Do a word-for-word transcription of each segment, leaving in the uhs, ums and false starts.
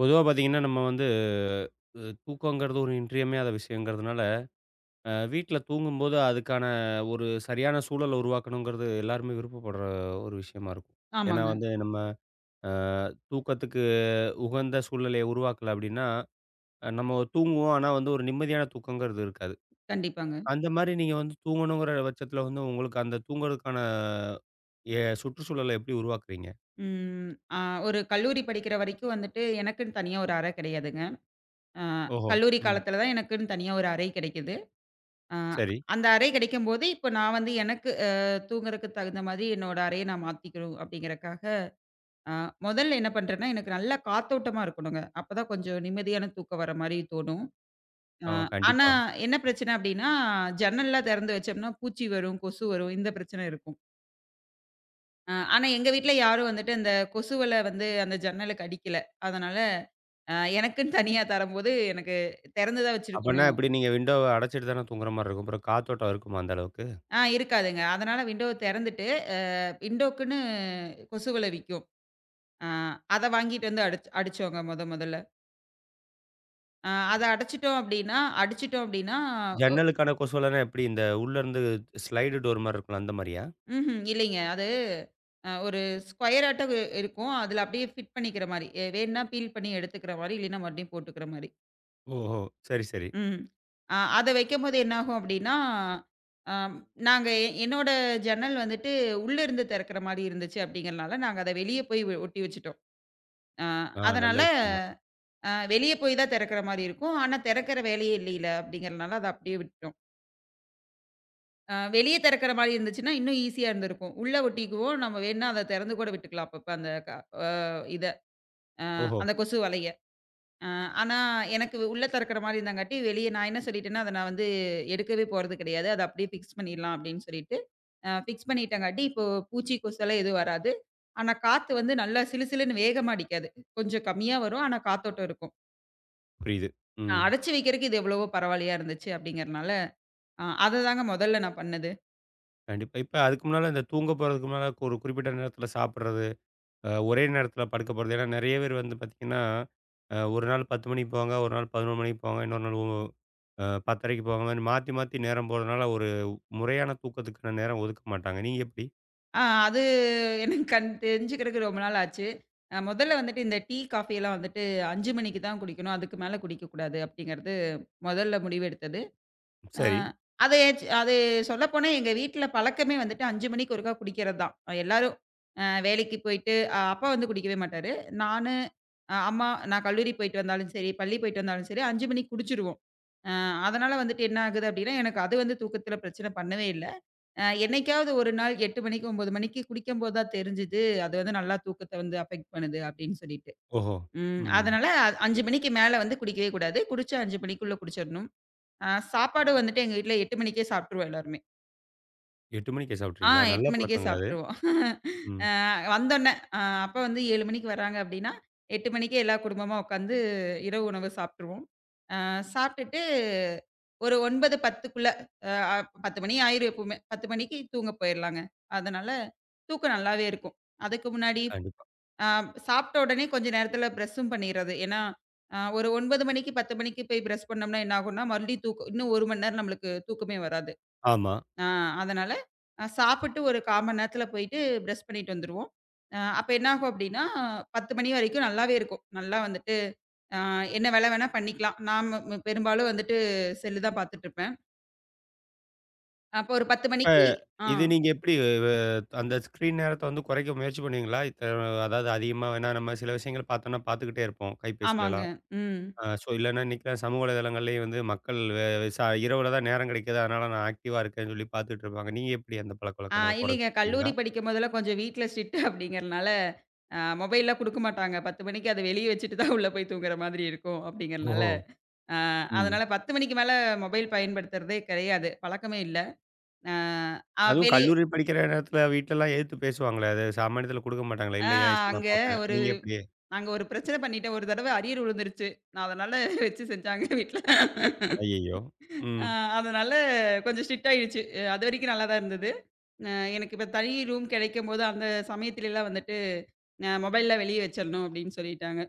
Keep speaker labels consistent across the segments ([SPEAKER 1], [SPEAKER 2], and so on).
[SPEAKER 1] பொதுவா பார்த்தீங்கன்னா, நம்ம வந்து அ தூக்கங்கிறது ஒரு இன்றியமையாத விஷயங்கிறதுனால, அ வீட்ல தூங்கும்போது அதுக்கான ஒரு சரியான சூழல உருவாக்கணுங்கிறது எல்லாருமே விருப்பப்படுற ஒரு விஷயமா இருக்கும். ஏன்னா
[SPEAKER 2] ஆமாங்க.
[SPEAKER 1] வந்து நம்ம அ தூக்கத்துக்கு உகந்த சூழ்நிலைய உருவாக்கல அப்டின்னா, அ நம்ம தூங்குவோம். ஆனா வந்து ஒரு நிம்மதியான தூக்கங்கிறது இருக்காது.
[SPEAKER 2] கண்டிப்பாங்க.
[SPEAKER 1] அந்த மாரி நீங்க வந்து தூங்கணுங்கிற பட்சத்தில வந்து உங்களுக்கு அந்த தூங்குறதுக்கான எ சுற்றுச்சூழல எப்டி உருவாக்குறீங்க?
[SPEAKER 2] ம். அ ஒரு கல்லூரி படிக்கிற வரைக்கும் வந்துட்டு எனக்குன்னு தனியா ஒரு அறை கிடையாதுங்க. அ
[SPEAKER 1] ஓஹோ!
[SPEAKER 2] கல்லூரி
[SPEAKER 1] ம்.
[SPEAKER 2] காலத்துல தான் எனக்குன்னு தனியா ஒரு அறை கிடைக்குது. அ
[SPEAKER 1] சரி.
[SPEAKER 2] அந்த அறை கிடைக்கும்போது, இப்போ நான் வந்து எனக்கு அ தூங்குறதுக்கு தகுந்த மாதிரி என்னோட அறைய நான் மாத்திக்கணும் அப்படிங்கிறக்காக, அ முதல்ல என்ன பண்றேன்னா, எனக்கு நல்லா காத்தோட்டமா இருக்கணுங்க. அப்பதான் கொஞ்சம் நிம்மதியான தூக்கம் வர மாரி தோணும். அ
[SPEAKER 1] ஆமா. கண்டிப்பா.
[SPEAKER 2] ஆனா என்ன பிரச்சனை அப்படின்னா, ஜன்னல்லாம் திறந்து வச்சோம்னா பூச்சி வரும், கொசு வரும் இந்த பிரச்சனை இருக்கும். அ ஆனா எங்க வீட்ல யாரும் வந்துட்டு அந்த கொசுவல வந்து அந்த ஜன்னலுக்கு அடிக்கல. அதனால அ எனக்குன்னு தனியா தரம்போது எனக்கு தெறந்து தான்
[SPEAKER 1] அப்பன்னா
[SPEAKER 2] வச்சிருக்கணும்.
[SPEAKER 1] எப்படி நீங்க விண்டோவ அடைச்சிட்டு தானே தூங்குற மாரி இருக்கும். அப்புறம் காத்தோட்டம் இருக்குமா அந்த அளவுக்கு?
[SPEAKER 2] ஆ இருக்காதுங்க. அதனால விண்டோவ தெறந்துட்டு, அ விண்டோக்குன்னு கொசுவல விக்கும். அ அத வாங்கிட்டு வந்து அடிச் அடிச்சோங்க மொத மொதல்ல. அ அத அடைச்சிட்டோம் அப்டின்னா அடிச்சிட்டோம் அப்டின்னா
[SPEAKER 1] ஜன்னலுக்கான கொசுவலனா எப்படி இந்த உள்ளருந்து ஸ்லைடு டோர் மாரி இருக்கும்ல அந்த மாரியா?
[SPEAKER 2] ம்ஹ்ம். இல்லைங்க. அது அ ஒரு ஸ்கொயர் ஆட்டம் இருக்கும். அதுல அப்டியே ஃபிட் பண்ணிக்கிற மாரி. எ வேணுனா பீல் பண்ணி எடுத்துக்கிற மாரி, இல்லைன்னா மறுபடியும் போட்டுக்கிற மாரி.
[SPEAKER 1] ஓஹோ! சரி, சரி.
[SPEAKER 2] ம். அ அத வைக்கும்போது என்னாகும் அப்டின்னா, அம் நாங்க எ என்னோட ஜன்னல் வந்துட்டு உள்ள இருந்து திறக்கிற மாரி இருந்துச்சு அப்டிங்கிறனால, நாங்க அத வெளிய போய் ஒ ஒட்டி வச்சுட்டோம். அ
[SPEAKER 1] ஆ நல்ல
[SPEAKER 2] அதனால
[SPEAKER 1] விஷயம் தான்.
[SPEAKER 2] அ வெளிய போய் தான் திறக்கிற மாரி இருக்கும். ஆனா திறக்கிற வேலையே இல்லைல அப்டிங்கிறனால அத அப்டியே விட்டுட்டோம். அ வெளிய திறக்கிற மாரி இருந்துச்சுன்னா, இன்னும் ஈஸியா இருந்திருக்கும். உள்ள ஒட்டிக்குவோம். நம்ம வேணுனா அத திறந்து கூட விட்டுக்கலாம் அப்பப்ப அந்த க அ இத அ
[SPEAKER 1] ஓஹோ!
[SPEAKER 2] அந்த கொசு வலைய. அ ஆனா, எனக்கு உள்ள திறக்கிற மாரி இருந்தாங்காட்டி, வெளிய நான் என்ன சொல்லிட்டேன்னா, அத நான் வந்து எடுக்கவே போறது கிடையாது. அத அப்படியே ஃபிக்ஸ் பண்ணிடலாம் அப்படின்னு சொல்லிட்டு, அ ஃபிக்ஸ் பண்ணிட்டங்காட்டி, இப்போ பூச்சி, கொசுலாம் எதுவும் வராது. ஆனா, காத்து வந்து நல்லா சிலுசிலுன்னு வேகமா அடிக்காது. கொஞ்சம் கம்மியா வரும். ஆனா, காத்தோட்டம் இருக்கும்.
[SPEAKER 1] புரியுது.
[SPEAKER 2] அ
[SPEAKER 1] ம்.
[SPEAKER 2] அடைச்சு வைக்கிறக்கு இது எவ்வளவோ பரவாயில்லையா இருந்துச்சு அப்படிங்கிறனால, அ அததாங்க மொதல்ல நான் பண்ணது.
[SPEAKER 1] கண்டிப்பா. இப்ப அதுக்கு முன்னால இந்த தூங்க போறதுக்கு முன்னால ஒரு குறிப்பிட்ட நேரத்தில சாப்பிடுறது, அ ஒரே நேரத்தில படுக்க போறது. ஏன்னா நெறைய பேர் வந்து பார்த்தீங்கன்னா, அ ஒரு நாள் பத்து மணிக்கு போவாங்க, ஒரு நாள் பதினொன்று மணிக்கு போவாங்க, இன்னொரு நாள் அ 10:30க்கு போவாங்க. இந்த மாரி மாத்தி மாத்தி நேரம் போறதுனால ஒரு முறையான தூக்கத்துக்கான நேரம் ஒதுக்க மாட்டாங்க. நீங்க எப்படி?
[SPEAKER 2] அ அது எனக்கு கண் தெரிஞ்சுக்கிறக்கு ரொம்ப நாள் ஆச்சு. அ மொதல்ல வந்துட்டு இந்த டீ, காஃபியெல்லாம் வந்துட்டு ஐந்து மணிக்கு தான் குடிக்கணும். அதுக்கு மேல குடிக்கக்கூடாது அப்படிங்கிறது, மொதல்ல முடிவெடுத்தது. ஆ.
[SPEAKER 1] சரி.
[SPEAKER 2] அது அது சொல்லப்போனா எங்க வீட்ல பழக்கமே வந்துட்டு ஐந்து மணிக்கு ஒருக்கா குடிக்கிறது தான். எல்லாரும் அ வேலைக்கு போயிட்டு அ அப்பா வந்து குடிக்கவே மாட்டாரு. நானு, அ அம்மா நான் கல்லூரி போயிட்டு வந்தாலும் சரி, பள்ளி போயிட்டு வந்தாலும் சரி ஐந்து மணிக்கு குடிச்சுருவோம். அ அதனால வந்துட்டு என்ன ஆகுது அப்டின்னா, எனக்கு அது வந்து தூக்கத்தில பிரச்சனை பண்ணவே இல்ல. அ என்னைக்காவது ஒரு நாள் எட்டு மணிக்கு, ஒன்பது மணிக்கு குடிக்கும்போது தான் தெரிஞ்சுது, அது வந்து நல்லா தூக்கத்த வந்து அஃபெக்ட் பண்ணுது அப்டின்னு சொல்லிட்டு.
[SPEAKER 1] ஓஹோ!
[SPEAKER 2] ம்.
[SPEAKER 1] ம்.
[SPEAKER 2] அதனால ஐந்து மணிக்கு மேல வந்து குடிக்கவே கூடாது. குடிச்சா ஐந்து மணிக்குள்ள குடிச்சிரணும். ஆ சாப்பாடு வந்துட்டு எங்க வீட்ல எட்டு மணிக்கே சாப்ட்டுருவோம் எல்லாருமே.
[SPEAKER 1] எட்டு மணிக்கே
[SPEAKER 2] ஆ
[SPEAKER 1] சாப்பிட்டுறீங்களா? நல்ல
[SPEAKER 2] எட்டு மணிக்கே
[SPEAKER 1] பழக்கங்க அது.
[SPEAKER 2] சாப்ட்டுருவோம்.
[SPEAKER 1] ம்.
[SPEAKER 2] அ வந்தோனே அ அப்பா வந்து ஏழு மணிக்கு வராங்க அப்டின்னா, எட்டு மணிக்கே எல்லா குடும்பமா உட்காந்து இரவு உணவு சாப்ட்டுருவோம். அ சாப்ட்டுட்டு ஒரு ஒன்பது, 10க்குள்ள அ அ பத்து மணி ஆயிரும் எப்பவுமே. பத்து மணிக்கு தூங்க போயிரலாங்க. அதனால தூக்கம் நல்லாவே இருக்கும். அதுக்கு முன்னாடி
[SPEAKER 1] கண்டிப்பா.
[SPEAKER 2] அ சாப்ட்ட உடனே கொஞ்ச நேரத்துல பிரஷ்ஷும் பண்ணிர்றது. ஏன்னா, அ ஒரு ஒன்பது மணிக்கு பத்து மணிக்கு போய் பிரஷ் பண்ணோம்னா என்ன ஆகும்னா, மறுபடியும் தூக்கம் இன்னும் ஒரு மணி நேரம் நம்மளுக்கு தூக்கமே வராது.
[SPEAKER 1] ஆமா.
[SPEAKER 2] ஆ அதனால அ சாப்பிட்டு ஒரு கால் மணி நேரத்தில போயிட்டு பிரஷ் பண்ணிட்டு வந்துருவோம். அ அப்ப என்ன ஆகும் அப்டின்னா, பத்து மணி வரைக்கும் நல்லாவே இருக்கும். நல்லா வந்துட்டு அ என்ன வேல வேணா பண்ணிக்கலாம். நான் ம பெரும்பாலும் வந்துட்டு செல்லு தான் பாத்துட்டுருப்பேன். அப்போ ஒரு பத்து
[SPEAKER 1] இப்ப
[SPEAKER 2] மணிக்கு ஆ
[SPEAKER 1] இது நீங்க எப்படி வ அந்த ஸ்க்ரீன் நேரத்த வந்து குறைக்க முயற்சி பண்ணுவீங்களா? இத்த அதாவது அதிகமா வேணா நம்ம சில விஷயங்கள் பார்த்தோம்னா பார்த்துக்கிட்டே இருப்போம்.
[SPEAKER 2] ஆமாங்க.
[SPEAKER 1] கைபேசிலலாம்.
[SPEAKER 2] ம்.
[SPEAKER 1] அ ஸோ இல்லன்னா இன்னைக்குலாம் சமூக வலைதளங்கள்லயும் வந்து மக்கள் வ ச இரவுல தான் நேரம் கிடைக்குது. அதனால நான் ஆக்டிவா இருக்கேன்னு சொல்லி பார்த்துட்டு இருப்பாங்க. நீங்க எப்படி அந்த
[SPEAKER 2] ஆ
[SPEAKER 1] பழக்கவழக்கங்கள
[SPEAKER 2] இல்லைங்க.
[SPEAKER 1] குறைச்சிருக்கீங்களா?
[SPEAKER 2] கல்லூரி படிக்கும் போதெல்லாம் கொஞ்சம் வீட்ல ஸ்ட்ரிக்ட் அப்டிங்கிறனால அ மொபைல்லாம் குடுக்க மாட்டாங்க. பத்து மணிக்கு அத வெளிய வச்சுட்டு தான் உள்ள போய் தூங்குற மாதிரி இருக்கும் அப்டிங்கிறனால,
[SPEAKER 1] ஓஹோ!
[SPEAKER 2] அ
[SPEAKER 1] ம்.
[SPEAKER 2] அதனால பத்து மணிக்கு மேல மொபைல் பயன்படுத்துறதே கிடையாது. பழக்கமே இல்ல. அ அ
[SPEAKER 1] அதுவும்
[SPEAKER 2] வெளிய
[SPEAKER 1] கல்லூரி படிக்கிற நேரத்துல வீட்லலாம் எதிர்த்து பேசுவாங்களே! அது சாமானியத்துல குடுக்க மாட்டாங்களே!
[SPEAKER 2] ஆ
[SPEAKER 1] இல்ல ஏன் இஷ்டம்
[SPEAKER 2] அங்க
[SPEAKER 1] நான் பார்ப்பேன்.
[SPEAKER 2] ஒரு
[SPEAKER 1] நீங்க எப்படி?
[SPEAKER 2] நாங்க ஒரு பிரச்சனை பண்ணிட்டோம். ஒரு தடவ அரியர் விழுந்துருச்சு. நான் அதனால வச்சு செஞ்சாங்க வீட்ல.
[SPEAKER 1] ஐயய்யோ! ம்.
[SPEAKER 2] அ அதனால கொஞ்சம் ஸ்ட்ரிக்ட் ஆயிடுச்சு. அ அதுவரைக்கும் நல்லா தான் இருந்தது. அ எனக்கு இப்ப தனி ரூம் கிடைக்கும்போது அந்த சமயத்துலலாம் வந்துட்டு, அ மொபைல்லாம் வெளிய வச்சிரணும் அப்டின்னு சொல்லிட்டாங்க.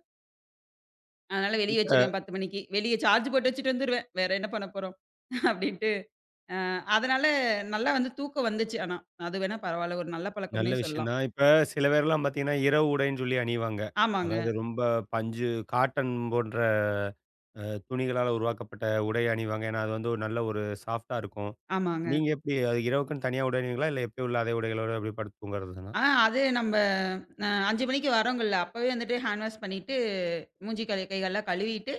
[SPEAKER 2] அதனால வெளிய
[SPEAKER 1] இப்ப
[SPEAKER 2] வச்சுருவேன் பத்து மணிக்கு. வெளிய சார்ஜ் போட்டு வச்சுட்டு வந்துருவேன். வேற என்ன பண்ண போறோம்? அப்டின்ட்டு. அ அதனால நல்லா வந்து தூக்கம் வந்துச்சு ஆனா. அது வேணா பரவால்ல. ஒரு நல்ல
[SPEAKER 1] நல்ல
[SPEAKER 2] பழக்கம்னே
[SPEAKER 1] விஷயம்
[SPEAKER 2] சொல்லலாம்.
[SPEAKER 1] தான். இப்ப சில பேர்லாம் பார்த்தீங்கன்னா, இரவு உடைன்னு சொல்லி அணிவாங்க.
[SPEAKER 2] ஆமாங்க,
[SPEAKER 1] அதாவது ரொம்ப பஞ்சு காட்டன் போன்ற அ துணிகளால உருவாக்கப்பட்ட உடை அணிவாங்க. ஏன்னா, அது வந்து ஒரு நல்ல ஒரு சாஃப்ட்டா இருக்கும்.
[SPEAKER 2] ஆமாங்க.
[SPEAKER 1] நீங்க எப்படி அது இரவுக்குன்னு தனியா உடை அணிவீங்களா? இல்ல எப்பயும் உள்ள அதே உடைகளோட அப்படியே படுத்து தூங்குறது தானா?
[SPEAKER 2] ஆ அது நம்ப அ ஐந்து மணிக்கு வரோங்கல்ல, அப்பவே வந்துட்டு ஹேண்ட் வாஷ் பண்ணிட்டு, மூஞ்சி, கை கைகள்லாம் கழுவிட்டு,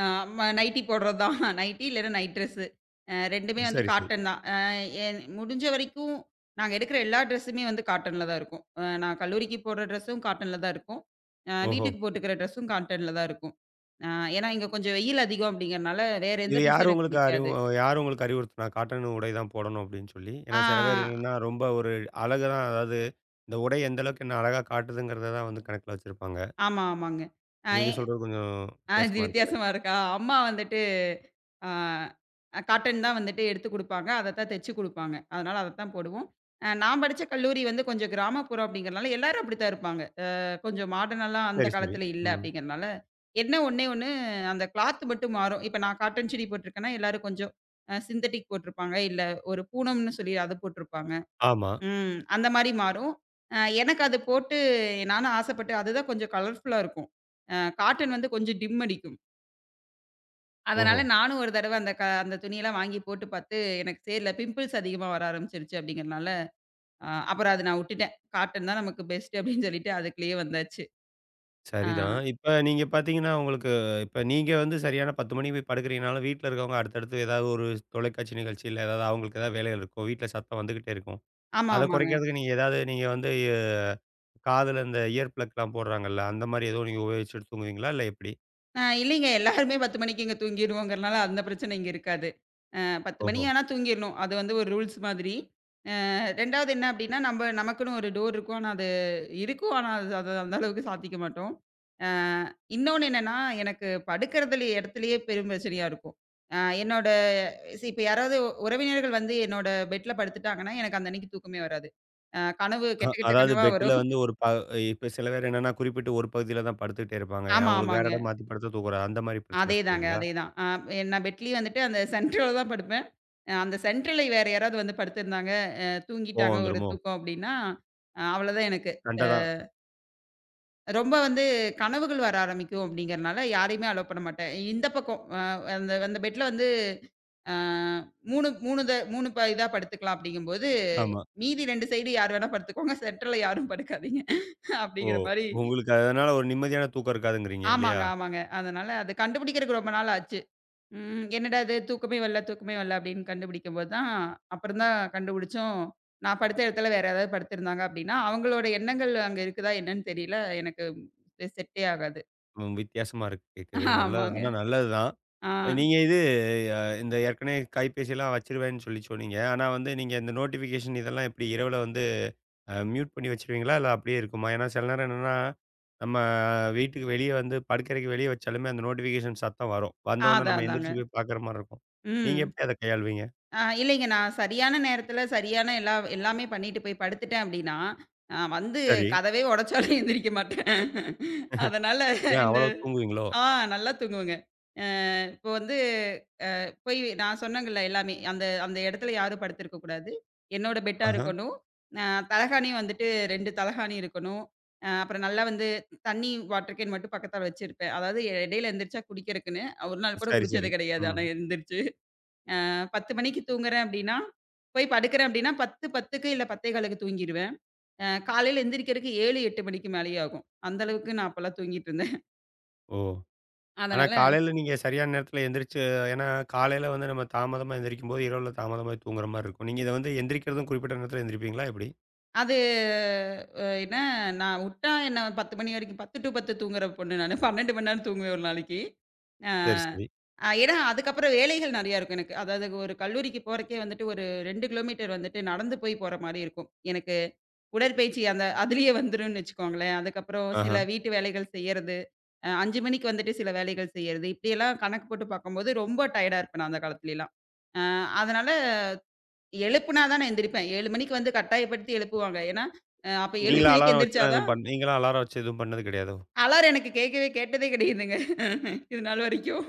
[SPEAKER 2] அ ம நைட்டி போடுறது தான். நைட்டி இல்லன்னா நைட் ட்ரெஸ்ஸு. அ 2மே வந்து
[SPEAKER 1] சரி, சரி.
[SPEAKER 2] காட்டன் தான். அ என் முடிஞ்ச வரைக்கும் நாங்க எடுக்கிற எல்லா ட்ரெஸ்ஸுமே வந்து காட்டன்ல தான் இருக்கும். அ நான் கல்லூரிக்கு போடுற ட்ரெஸ்ஸும் காட்டன்ல தான் இருக்கும். அ
[SPEAKER 1] ஓஹோ!
[SPEAKER 2] வீட்டுக்கு போட்டுக்கிற ட்ரெஸ்ஸும் காட்டன்ல தான் இருக்கும். அ ஏன்னா, இங்க கொஞ்சம் வெயில் அதிகம் அப்படிங்கிறனால, வேற எந்த
[SPEAKER 1] இது
[SPEAKER 2] ட்ரெஸ்ஸும்
[SPEAKER 1] யாரு
[SPEAKER 2] எனக்கு
[SPEAKER 1] உங்களுக்கு அறிவு
[SPEAKER 2] பிடிக்காது.
[SPEAKER 1] யாரு உங்களுக்கு அறிவுறுத்துனா? காட்டன் உடை தான் போடணும் அப்படின்னு சொல்லி. ஏன்னா சில பேர்
[SPEAKER 2] ஆ
[SPEAKER 1] என்னன்னா, ரொம்ப ஒரு அழகு தான் அதாவது இந்த உடை எந்த அளவுக்கு என்ன அழகா காட்டுதுங்கிறத தான் வந்து கணக்குல வச்சிருப்பாங்க.
[SPEAKER 2] ஆமா, ஆமாங்க. அ
[SPEAKER 1] நீங்க
[SPEAKER 2] எ
[SPEAKER 1] சொல்றது கொஞ்சம்
[SPEAKER 2] ஆ இது
[SPEAKER 1] வித்தியாசமா இருக்காதாங்க.
[SPEAKER 2] வித்தியாசமா இருக்கா? அம்மா வந்துட்டு ஆ காட்டன் தான் வந்துட்டு எடுத்து குடுப்பாங்க. அதத்தான் தச்சு குடுப்பாங்க. அதனால அதத்தான் போடுவோம். அ நான் படிச்ச கல்லூரி வந்து கொஞ்சம் கிராமப்புறம் அப்படிங்கிறனால எல்லாரும் அப்படித்தான் இருப்பாங்க. அ கொஞ்சம் மாடர்னாலாம் அந்த
[SPEAKER 1] சரி, சரி.
[SPEAKER 2] காலத்துல இல்ல
[SPEAKER 1] ம்.
[SPEAKER 2] அப்படிங்கிறனால, என்ன ஒண்ணே ஒண்ணு அந்த கிளாத் மட்டும் மாறும். இப்ப நான் காட்டன் சுடி போட்டிருக்கேன்னா, எல்லாரும் கொஞ்சம் அ சிந்தட்டிக் போட்டிருப்பாங்க. இல்ல ஒரு பூனம்னு சொல்லி அத போட்டிருப்பாங்க.
[SPEAKER 1] ஆமா.
[SPEAKER 2] ம். அந்த மாரி மாறும். அ எனக்கு அது போட்டு நானும் ஆசைப்பட்டு அதுதான் கொஞ்சம் கலர்ஃபுல்லா இருக்கும். அ காட்டன் வந்து கொஞ்சம் டிம் அடிக்கும்.
[SPEAKER 1] ஓஹோ!
[SPEAKER 2] அதனால நானும் ஒரு தடவ அந்த க அந்த துணியெல்லாம் வாங்கி போட்டு பார்த்து, எனக்கு சேரல. பிம்பிள்ஸ் அதிகமா வர ஆரம்பிச்சுருச்சு அப்படிங்கிறனால, அ அப்புறம் அத நான் விட்டுட்டேன். காட்டன் தான் நமக்கு பெஸ்ட் அப்படின்னு சொல்லிட்டு அதுக்குள்ளேயே வந்தாச்சு. ஆ
[SPEAKER 1] சரிதான். இப்ப நீங்க பார்த்தீங்கன்னா, உங்களுக்கு இப்ப நீங்க வந்து சரியான பத்து மணிக்கு போய் படுக்கிறீங்கனாலும், வீட்ல இருக்கவங்க அடுத்தடுத்து ஏதாவது ஒரு தொலைக்காட்சி நிகழ்ச்சி, இல்ல ஏதாவது அவங்களுக்கு ஏதாவது வேலைகள் இருக்கும். வீட்ல சத்தம் வந்துகிட்டே இருக்கும்.
[SPEAKER 2] ஆமா,
[SPEAKER 1] அத
[SPEAKER 2] ஆமாங்க.
[SPEAKER 1] குறைக்கிறதுக்கு நீங்க ஏதாவது நீங்க வந்து எ காதுல இந்த இயர் பிளக்லாம் போடுறாங்கல்ல, அந்த மாரி ஏதோ நீங்க உபயோகிச்சுட்டு தூங்குவீங்களா? இல்ல எப்படி?
[SPEAKER 2] அ இல்லைங்க எல்லாருமே பத்து மணிக்கு இங்க தூங்கிருவோங்கிறனால அந்த பிரச்சனை இங்க இருக்காது. அ பத்து மணி
[SPEAKER 1] ஓஹோ!
[SPEAKER 2] ஆனா தூங்கிரணும். அது வந்து ஒரு ரூல்ஸ் மாதிரி. 2வது என்ன அப்படின்னா, நம்ம நமக்குன்னு ஒரு டோர் இருக்கும். ஆனா அது இருக்கும். ஆனா அது அத அந்த அளவுக்கு சாத்திக்க மாட்டோம். அ இன்னொன்னு என்னன்னா, எனக்கு படுக்கிறதுல இடத்துலயே பெரும் பிரச்சனையா இருக்கும். அ என்னோட சி இப்ப யாராவது உ- உறவினர்கள் வந்து என்னோட பெட்ல படுத்துட்டாங்கன்னா, எனக்கு அந்த அன்னைக்கு தூக்கமே வராது. அ கனவு
[SPEAKER 1] அ
[SPEAKER 2] கெட்ட கெட்ட
[SPEAKER 1] அதாவது
[SPEAKER 2] கனவா
[SPEAKER 1] பெட்ல
[SPEAKER 2] வரும்.
[SPEAKER 1] வந்து ஒரு ப இப்ப சில பேர் என்னன்னா, குறிப்பிட்டு ஒரு பகுதியில தான் படுத்துக்கிட்டே இருப்பாங்க.
[SPEAKER 2] ஆமா,
[SPEAKER 1] அவங்களுக்கு வேற
[SPEAKER 2] ஆமாங்க.
[SPEAKER 1] இடம் மாத்தி படுத்து தூங்குற அந்த மாரி பிரச்சனை
[SPEAKER 2] அதேதாங்க,
[SPEAKER 1] சொல்றீங்களா?
[SPEAKER 2] அதேதான். அ நான் பெட்லயே வந்துட்டு அந்த சென்டர்ல தான் படுப்பேன். அ அந்த சென்டர்ல வேற யாராவது வந்து படுத்திருந்தாங்க, அ
[SPEAKER 1] கோவம்
[SPEAKER 2] தூங்கிட்டாங்க ஒரு
[SPEAKER 1] வந்துருமோ?
[SPEAKER 2] தூக்கம் அப்படின்னா, அ அவ்வளோதான் எனக்கு
[SPEAKER 1] சண்ட தான்.
[SPEAKER 2] ரொம்ப வந்து கனவுகள் வர ஆரம்பிக்கும் அப்படிங்கிறனால, யாரையுமே அலோ பண்ண மாட்டேன். இந்த பக்கம் அ அந்த அந்த பெட்ல வந்து அ மூன்று மூன்று த மூன்று ப இதா படுத்துக்கலாம் அப்படிங்கும்போது,
[SPEAKER 1] ஆமா.
[SPEAKER 2] மீதி ரெண்டு சைடு யார் வேணா படுத்துக்கோங்க. சென்டர்ல யாரும் படுக்காதீங்க.
[SPEAKER 1] ஓ!
[SPEAKER 2] அப்படிங்கிற மாரி
[SPEAKER 1] உங்களுக்கு அதனால ஒரு நிம்மதியான தூக்கம் இருக்காதுங்கிறீங்க இல்லையா?
[SPEAKER 2] ஆமாங்க, ஆமாங்க. அதனால அது கண்டுபிடிக்கிறதுக்கு ரொம்ப நாள் ஆச்சு. ம் என்னடா இது தூக்கமே வரல, தூக்கமே வரல அப்படின்னு கண்டுபிடிக்கும்போது தான், அப்புறம் தான் கண்டுபிடிச்சோம். நான் படுத்த இடத்துல வேற யாராவது படுத்திருந்தாங்க அப்படின்னா, அவங்களோட எண்ணங்கள் அங்க இருக்குதா என்னன்னு தெரியல. எனக்கு செ செட்டே ஆகாது.
[SPEAKER 1] ம் வித்தியாசமா இருக்கு கேட்கவே. நல்ல
[SPEAKER 2] ஆமாங்க.
[SPEAKER 1] ஆனா நல்லது தான்.
[SPEAKER 2] ஆ.
[SPEAKER 1] நீங்க இது அ இந்த ஏற்கனவே கைபேசியெல்லாம் வச்சுருவேன்னு சொல்லி சொன்னீங்க. ஆனா வந்து நீங்க இந்த நோட்டிஃபிகேஷன் இதெல்லாம் எப்படி இரவுல வந்து அ மியூட் பண்ணி வச்சுருவீங்களா? இல்ல அப்படியே இருக்குமா? ஏன்னா சில நேரம் என்னன்னா, நம்ம வீட்டுக்கு வெளிய வந்து படுக்கறைக்கு வெளிய வச்சாலுமே அந்த நோட்டிஃபிகேஷன் சத்தம் வரும். வந்தோனே
[SPEAKER 2] அதான்
[SPEAKER 1] நம்ம
[SPEAKER 2] அதாங்க.
[SPEAKER 1] எந்திரிச்சு போய் பார்க்குற மாரி இருக்கும். நீங்க
[SPEAKER 2] ம்.
[SPEAKER 1] எப்படி அத கையாளுவீங்க?
[SPEAKER 2] அ இல்லைங்க. நான் சரியான நேரத்தில சரியான எல்லா எல்லாமே பண்ணிட்டு போய் படுத்துட்டேன் அப்டின்னா, அ வந்து
[SPEAKER 1] சரி.
[SPEAKER 2] கதவே உடைச்சாலும் எந்திரிக்க மாட்டேன். அதனால
[SPEAKER 1] ஏன்
[SPEAKER 2] இந்த
[SPEAKER 1] அவ்வளவு தூங்குவீங்களோ?
[SPEAKER 2] ஆ நல்லா தூங்குவேங்க. அ இப்போ வந்து போய் நான் சொன்னேங்கல்ல எல்லாமே. அந்த அந்த இடத்துல யாரும் படுத்திருக்க கூடாது. என்னோட பெட்டா
[SPEAKER 1] ஆஹ.
[SPEAKER 2] இருக்கணும். அ தலகாணி வந்துட்டு ரெண்டு தலகாணி இருக்கணும். அ அப்புறம் நல்லா வந்து தண்ணி வாட்டர் கேன் மட்டும் பக்கத்தால வச்சிருப்பேன். அதாவது இடையில எந்திரிச்சா குடிக்கிறக்குன்னு. ஒரு நாள் கூட
[SPEAKER 1] சரி,
[SPEAKER 2] குடிச்சது
[SPEAKER 1] சரி.
[SPEAKER 2] கிடையாது.
[SPEAKER 1] ம்.
[SPEAKER 2] ஆனா எந்திரிச்சு. அ பத்து மணிக்கு தூங்குறேன் அப்படின்னா, போய் படுக்கிறேன் அப்படின்னா 10:10க்கு இல்ல 10:15க்கு தூங்கிருவேன். அ காலையில எந்திரிக்கிறதுக்கு ஏழு, எட்டு மணிக்கு மேலேயே ஆகும். அந்த அளவுக்கு நான் அப்பலாம் தூங்கிட்டு இருந்தேன்.
[SPEAKER 1] ஓ! ஆனா
[SPEAKER 2] அதனால
[SPEAKER 1] காலையில நீங்க சரியான நேரத்துல எந்திரிச்சு ஏன்னா காலையில வந்து நம்ம தாமதமா எந்திரிக்கும்போது, இரவுல தாமதமா தூங்குற மாரி இருக்கும். நீங்க இத வந்து எந்திரிக்கிறதும் குறிப்பிட்ட நேரத்துல எந்திரிப்பீங்களா எப்படி?
[SPEAKER 2] அது அ என்ன நான் உட்டா என்ன பத்து மணி வரைக்கும் பத்து டூ பத்து தூங்குற பொண்ணு நானு. பன்னிரண்டு மணி நேரம் தூங்குவேன் ஒரு நாளைக்கு. ஆ
[SPEAKER 1] சரி, சரி.
[SPEAKER 2] அ ஏன்னா அதுக்கப்புறம் வேலைகள் நெறையா இருக்கும் எனக்கு. அதாவது ஒரு கல்லூரிக்கு போறக்கே வந்துட்டு ஒரு ரெண்டு கிலோமீட்டர் வந்துட்டு நடந்து போய் போற மாரி இருக்கும். எனக்கு உடற்பயிற்சி அந்த அதிலேயே வந்துரும்னு வச்சுக்கோங்களேன். அதுக்கப்புறம் சில
[SPEAKER 1] ஆஹா.
[SPEAKER 2] வீட்டு வேலைகள் செய்யறது, அ ஐந்து மணிக்கு வந்துட்டு சில வேலைகள் செய்யறது, இப்படியெல்லாம் கணக்கு போட்டு பார்க்கும்போது ரொம்ப டயர்டா இருப்பேன் நான் அந்த காலத்துலலாம். அ அதனால எழுப்புனா தான் நான் எந்திரிப்பேன். ஏழு மணிக்கு வந்து கட்டாயப்படுத்தி எழுப்புவாங்க. ஏன்னா, அ அப்ப ஏழு
[SPEAKER 1] நீங்களா
[SPEAKER 2] மணிக்கு
[SPEAKER 1] அலாரம்
[SPEAKER 2] எந்திரிச்சா
[SPEAKER 1] வச்சுலாம்
[SPEAKER 2] தான்
[SPEAKER 1] எதுவும் பண் நீங்கலாம் அலாரம் வச்சு எதுவும் பண்ணது கிடையாதோ?
[SPEAKER 2] அலாரம் எனக்கு கேட்கவே கேட்டதே கிடையாதுங்க. இது நாள் வரைக்கும்.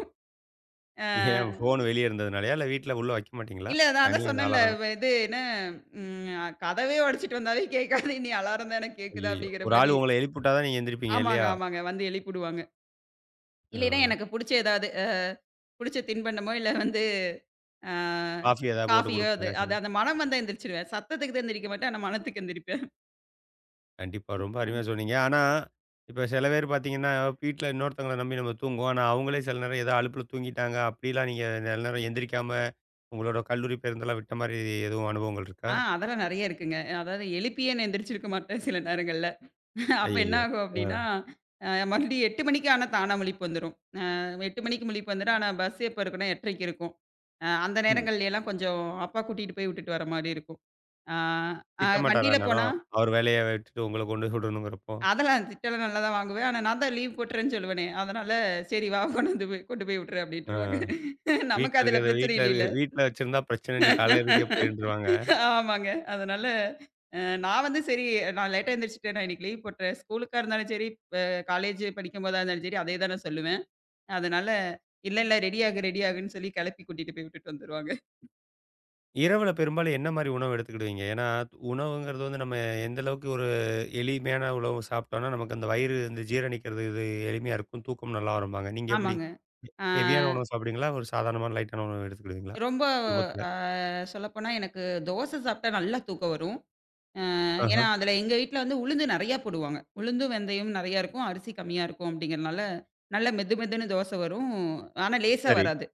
[SPEAKER 2] அ
[SPEAKER 1] ஏன் ஃபோன் வெளிய இருந்ததுனாலயா? இல்ல வீட்ல உள்ள வைக்க மாட்டீங்களா?
[SPEAKER 2] இல்ல நான் அதான்
[SPEAKER 1] தனியா அந்த
[SPEAKER 2] சொன்னேன்ல
[SPEAKER 1] அலாரம்.
[SPEAKER 2] வ இது என்ன ம் கதவே உடைச்சிட்டு வந்தாலே கேட்காது. "நீ அலாரம் தான கேட்குது"
[SPEAKER 1] ஐய்யய்யோ!
[SPEAKER 2] அப்படிங்கிற
[SPEAKER 1] ஒரு ஆள்
[SPEAKER 2] மாரி.
[SPEAKER 1] உங்கள எழுப்பிவுட்டா தான் நீங்க எந்திரிப்பீங்க
[SPEAKER 2] ஆமாங்க,
[SPEAKER 1] இல்லையா?
[SPEAKER 2] ஆமாங்க. வந்து எழுப்பிடுவாங்க. இல்லைன்னா
[SPEAKER 1] அ
[SPEAKER 2] எனக்கு புடிச்ச ஏதாவது அ புடிச்ச தின்பண்டமோ, இல்ல வந்து அ
[SPEAKER 1] காஃபி ஏதாவது போட்டு
[SPEAKER 2] காஃபியோ அது
[SPEAKER 1] குடுப்பாங்க. சில.
[SPEAKER 2] அது அந்த மனம் வந்தா எந்திரிச்சுருவேன். சத்தத்துக்கு தான் எந்திரிக்க மாட்டேன். ஆனா மனத்துக்கு எந்திரிப்பேன்.
[SPEAKER 1] கண்டிப்பா. ரொம்ப அருமையா சொன்னீங்க. ஆனா, இப்ப சில பேர் பார்த்தீங்கன்னா, வீட்ல இன்னொருத்தவங்கள நம்பி நம்ம தூங்குவோம். ஆனா, அவங்களே சில நேரம் ஏதோ அலுப்புல தூங்கிட்டாங்க. அப்படிலாம் நீங்க சில நேரம் எந்திரிக்காம உங்களோட கல்லூரி பேருந்தெல்லாம் விட்ட மாரி எதுவும் அனுபவங்கள் இருக்கா?
[SPEAKER 2] ஆ அதெல்லாம் நெறைய இருக்குங்க. அதாவது எழுப்பியே நான் எந்திரிச்சிருக்க மாட்டேன் சில நேரங்கள்ல. அப்ப என்ன
[SPEAKER 1] ஐயய்யோ!
[SPEAKER 2] ஆகும்
[SPEAKER 1] ஆ.
[SPEAKER 2] அப்படின்னா, அ மறுபடியும் எட்டு மணிக்கு ஆனா தானா முழிப்பு வந்துரும். அ எட்டு மணிக்கு முழிப்பு வந்துரும். ஆனா பஸ் எப்ப இருக்குன்னா 8:30க்கு இருக்கும். அ அந்த
[SPEAKER 1] ம்.
[SPEAKER 2] நேரங்கள்ல எல்லாம் கொஞ்சம் அப்பா கூட்டிட்டு போய் விட்டுட்டு வர மாரி இருக்கும். ஆ அ
[SPEAKER 1] திட்டமாட்டாரா
[SPEAKER 2] வண்டியில போனா
[SPEAKER 1] அந்நேரம்? அவர் வேலைய விட்டுட்டு உங்கள கொண்டு சுடணுங்கிறப்போ?
[SPEAKER 2] அதெல்லாம் திட்டெல்லாம் நல்லா தான் வாங்குவேன். ஆனா நான் தான் லீவ் போட்டுறேன்னு சொல்லுவேனே. அதனால சரி வா கொண்டு வந்து போய்- கொண்டு போய் விட்டுறேன் அப்படின்ருவாங்க.
[SPEAKER 1] ஆ. வீட்ல
[SPEAKER 2] நமக்கு அதுல
[SPEAKER 1] இருக்கிறத
[SPEAKER 2] பிரச்சனை
[SPEAKER 1] வீட்ல இருக்க
[SPEAKER 2] இல்லைல.
[SPEAKER 1] வீட்ல வச்சிருந்தா பிரச்சனை. நீ காலையில எதுக்கே போயிருன்ருவாங்க.
[SPEAKER 2] ஆமாங்க. அதனால அ நான் வந்து சரி நான் லேட்டா எந்திரிச்சுட்டேன். நான் இன்னைக்கு லீவ் போட்டேன். ஸ்கூலுக்கா இருந்தாலும் சரி, அ காலேஜ் படிக்கும்போதா இருந்தாலும் சரி, அதே தான் நான் சொல்லுவேன். அதனால "இல்ல, இல்ல ரெடி ஆகு, ரெடி ஆகுன்னு" சொல்லி கெளப்பி கூட்டிட்டு போய் விட்டுட்டு வந்துருவாங்க.
[SPEAKER 1] இரவுல பெரும்பாலும் என்ன மாரி உணவு எடுத்துக்கிடுவீங்க? ஏன்னா, உணவுங்கிறது வந்து நம்ம எந்த அளவுக்கு ஒரு எளிமையான உணவு சாப்பிட்டோம்னா, நமக்கு அந்த வயிறு இந்த ஜீரணிக்கிறது இது எளிமையா இருக்கும். தூக்கம் நல்லா வரும்பாங்க. நீங்க எப்படி?
[SPEAKER 2] ஆமாங்க. ஆ
[SPEAKER 1] ஹெவியான உணவு சாப்பிடுவீங்களா? ஒரு சாதாரணமான லைட்டான உணவு எடுத்துக்கிடுவீங்களா?
[SPEAKER 2] ரொம்ப
[SPEAKER 1] குடும்பத்துல.
[SPEAKER 2] அ சொல்லப்போனா எனக்கு தோசை சாப்பிட்டா நல்லா தூக்கம் வரும். அ
[SPEAKER 1] ஆஹ.
[SPEAKER 2] ஏன்னா அதுல எங்க வீட்ல வந்து உளுந்து நெறையா போடுவாங்க. உளுந்து, வெந்தயம் நெறையா இருக்கும். அரிசி கம்மியா இருக்கும். அப்படிங்கிறனால, நல்ல மெது மெதுன்னு தோசை வரும். ஆனா லேசா
[SPEAKER 1] சரி.
[SPEAKER 2] வராது.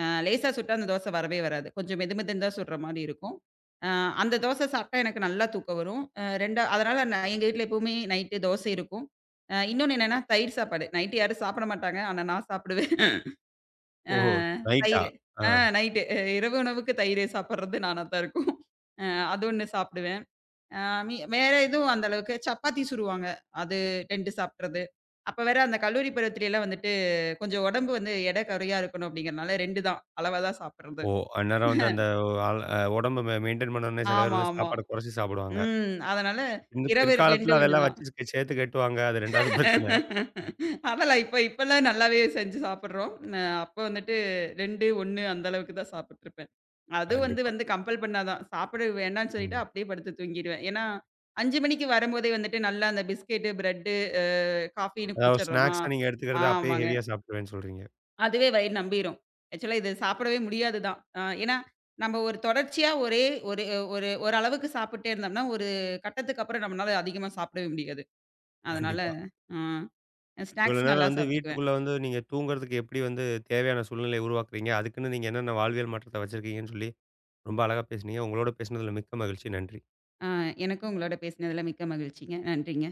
[SPEAKER 2] அ லேசா சுட்டா அந்த தோசை வரவே வராது. கொஞ்சம் மெது மெதுன்னு தான் சுடுற மாரி இருக்கும். அ அந்த தோசை சாப்பிட்டா எனக்கு நல்லா தூக்கம் வரும். அ ரெண்டு அதனால நான் எங்க வீட்ல எப்பவுமே நைட்டு தோசை இருக்கும். அ இன்னொன்னு என்னன்னா, தயிர் சாப்பாடு. நைட்டு யாரும் சாப்பிட மாட்டாங்க. ஆனா நான் சாப்பிடுவேன். அ
[SPEAKER 1] ஓஹோ! நைட்டா?
[SPEAKER 2] தயிரு.
[SPEAKER 1] ஆ.
[SPEAKER 2] ஆ நைட்டு இரவு உணவுக்கு தயிர் சாப்பிடுறது நானா தான் இருக்கும். அ அது ஒண்ணு சாப்பிடுவேன். அ மீ வேற எதுவும் அந்த அளவுக்கு சப்பாத்தி சுடுவாங்க. அது ரெண்டு சாப்பிடுறது. அப்ப வேற அந்த கல்லூரி பருவத்திலலாம் வந்துட்டு கொஞ்சம் உடம்பு வந்து எடை குறையா இருக்கணும் அப்படிங்கிறனால ரெண்டு தான். அளவா தான் சாப்பிடுறது.
[SPEAKER 1] ஓ! அந்நேரம் வந்து அந்த ஆள் அ உடம்ப மெ மெயின்டெயின் பண்ணணும்னே சில பேர்
[SPEAKER 2] ஆமா,
[SPEAKER 1] வந்து
[SPEAKER 2] ஆமா.
[SPEAKER 1] சாப்பாட குறைச்சு சாப்பிடுவாங்க.
[SPEAKER 2] ம். அதனால
[SPEAKER 1] இந்த
[SPEAKER 2] இரவு ரெண்டு
[SPEAKER 1] பிற்காலத்துல
[SPEAKER 2] ஒன்று
[SPEAKER 1] அதெல்லாம்
[SPEAKER 2] தான்.
[SPEAKER 1] வச்சு கே- சேர்த்து கட்டுவாங்க. அது ரெண்டாவது பிரச்சனை.
[SPEAKER 2] அதெல்லாம் இப்ப இப்பலாம் நல்லாவே செஞ்சு சாப்பிடுறோம். ந அப்ப வந்துட்டு ரெண்டு ஒன்று அந்த அளவுக்கு தான் சாப்பிட்டுருப்பேன். அதுவும் வந்து
[SPEAKER 1] கண்டிப்பா.
[SPEAKER 2] வந்து கம்பல் பண்ணா தான். சாப்பிட வேண்டான்னு சொல்லிட்டு
[SPEAKER 1] ம்.
[SPEAKER 2] அப்படியே படுத்து தூங்கிருவேன். ஏன்னா ஐந்து மணிக்கு வரும்போதே வந்துட்டு நல்லா அந்த பிஸ்கெட்டு, பிரெட்டு, அ காஃபின்னு
[SPEAKER 1] அதாவது
[SPEAKER 2] குடிச்சிடுறோமா?
[SPEAKER 1] ஸ்நாக்ஸா நீங்க எடுத்துக்கிறத அப்பயே
[SPEAKER 2] ஆமாங்க.
[SPEAKER 1] ஹெவியா சாப்பிடுவேன்னு சொல்றீங்க.
[SPEAKER 2] அதுவே வயிறு நம்பிரும். ஆக்சுவலா இது சாப்பிடவே முடியாது தான். அ ஏன்னா, நம்ம ஒரு தொடர்ச்சியா ஒரே ஒரு ஒரு ஒரு அளவுக்கு சாப்பிட்டே இருந்தோம்னா, ஒரு கட்டத்துக்கு அப்புறம் நம்மனால அதிகமா சாப்பிடவே முடியாது. அதனால
[SPEAKER 1] கண்டிப்பா.
[SPEAKER 2] அ
[SPEAKER 1] இவ்வளோ
[SPEAKER 2] ஸ்நாக்ஸ்
[SPEAKER 1] நேரம்
[SPEAKER 2] நல்லா
[SPEAKER 1] வந்து
[SPEAKER 2] சாப்பிட்டுக்குவேன்.
[SPEAKER 1] வீட்டுக்குள்ள வந்து நீங்க தூங்குறதுக்கு எப்படி வந்து தேவையான சூழ்நிலைய உருவாக்குறீங்க? அதுக்குன்னு நீங்க என்னென்ன வாழ்வியல் மாற்றத்த வச்சிருக்கீங்கன்னு சொல்லி ரொம்ப அழகா பேசுனீங்க. உங்களோட பேசினதுல மிக்க மகிழ்ச்சி. நன்றி.
[SPEAKER 2] அ எனக்கும் உங்களோட பேசினதுல மிக்க மகிழ்ச்சிங்க. நன்றிங்க.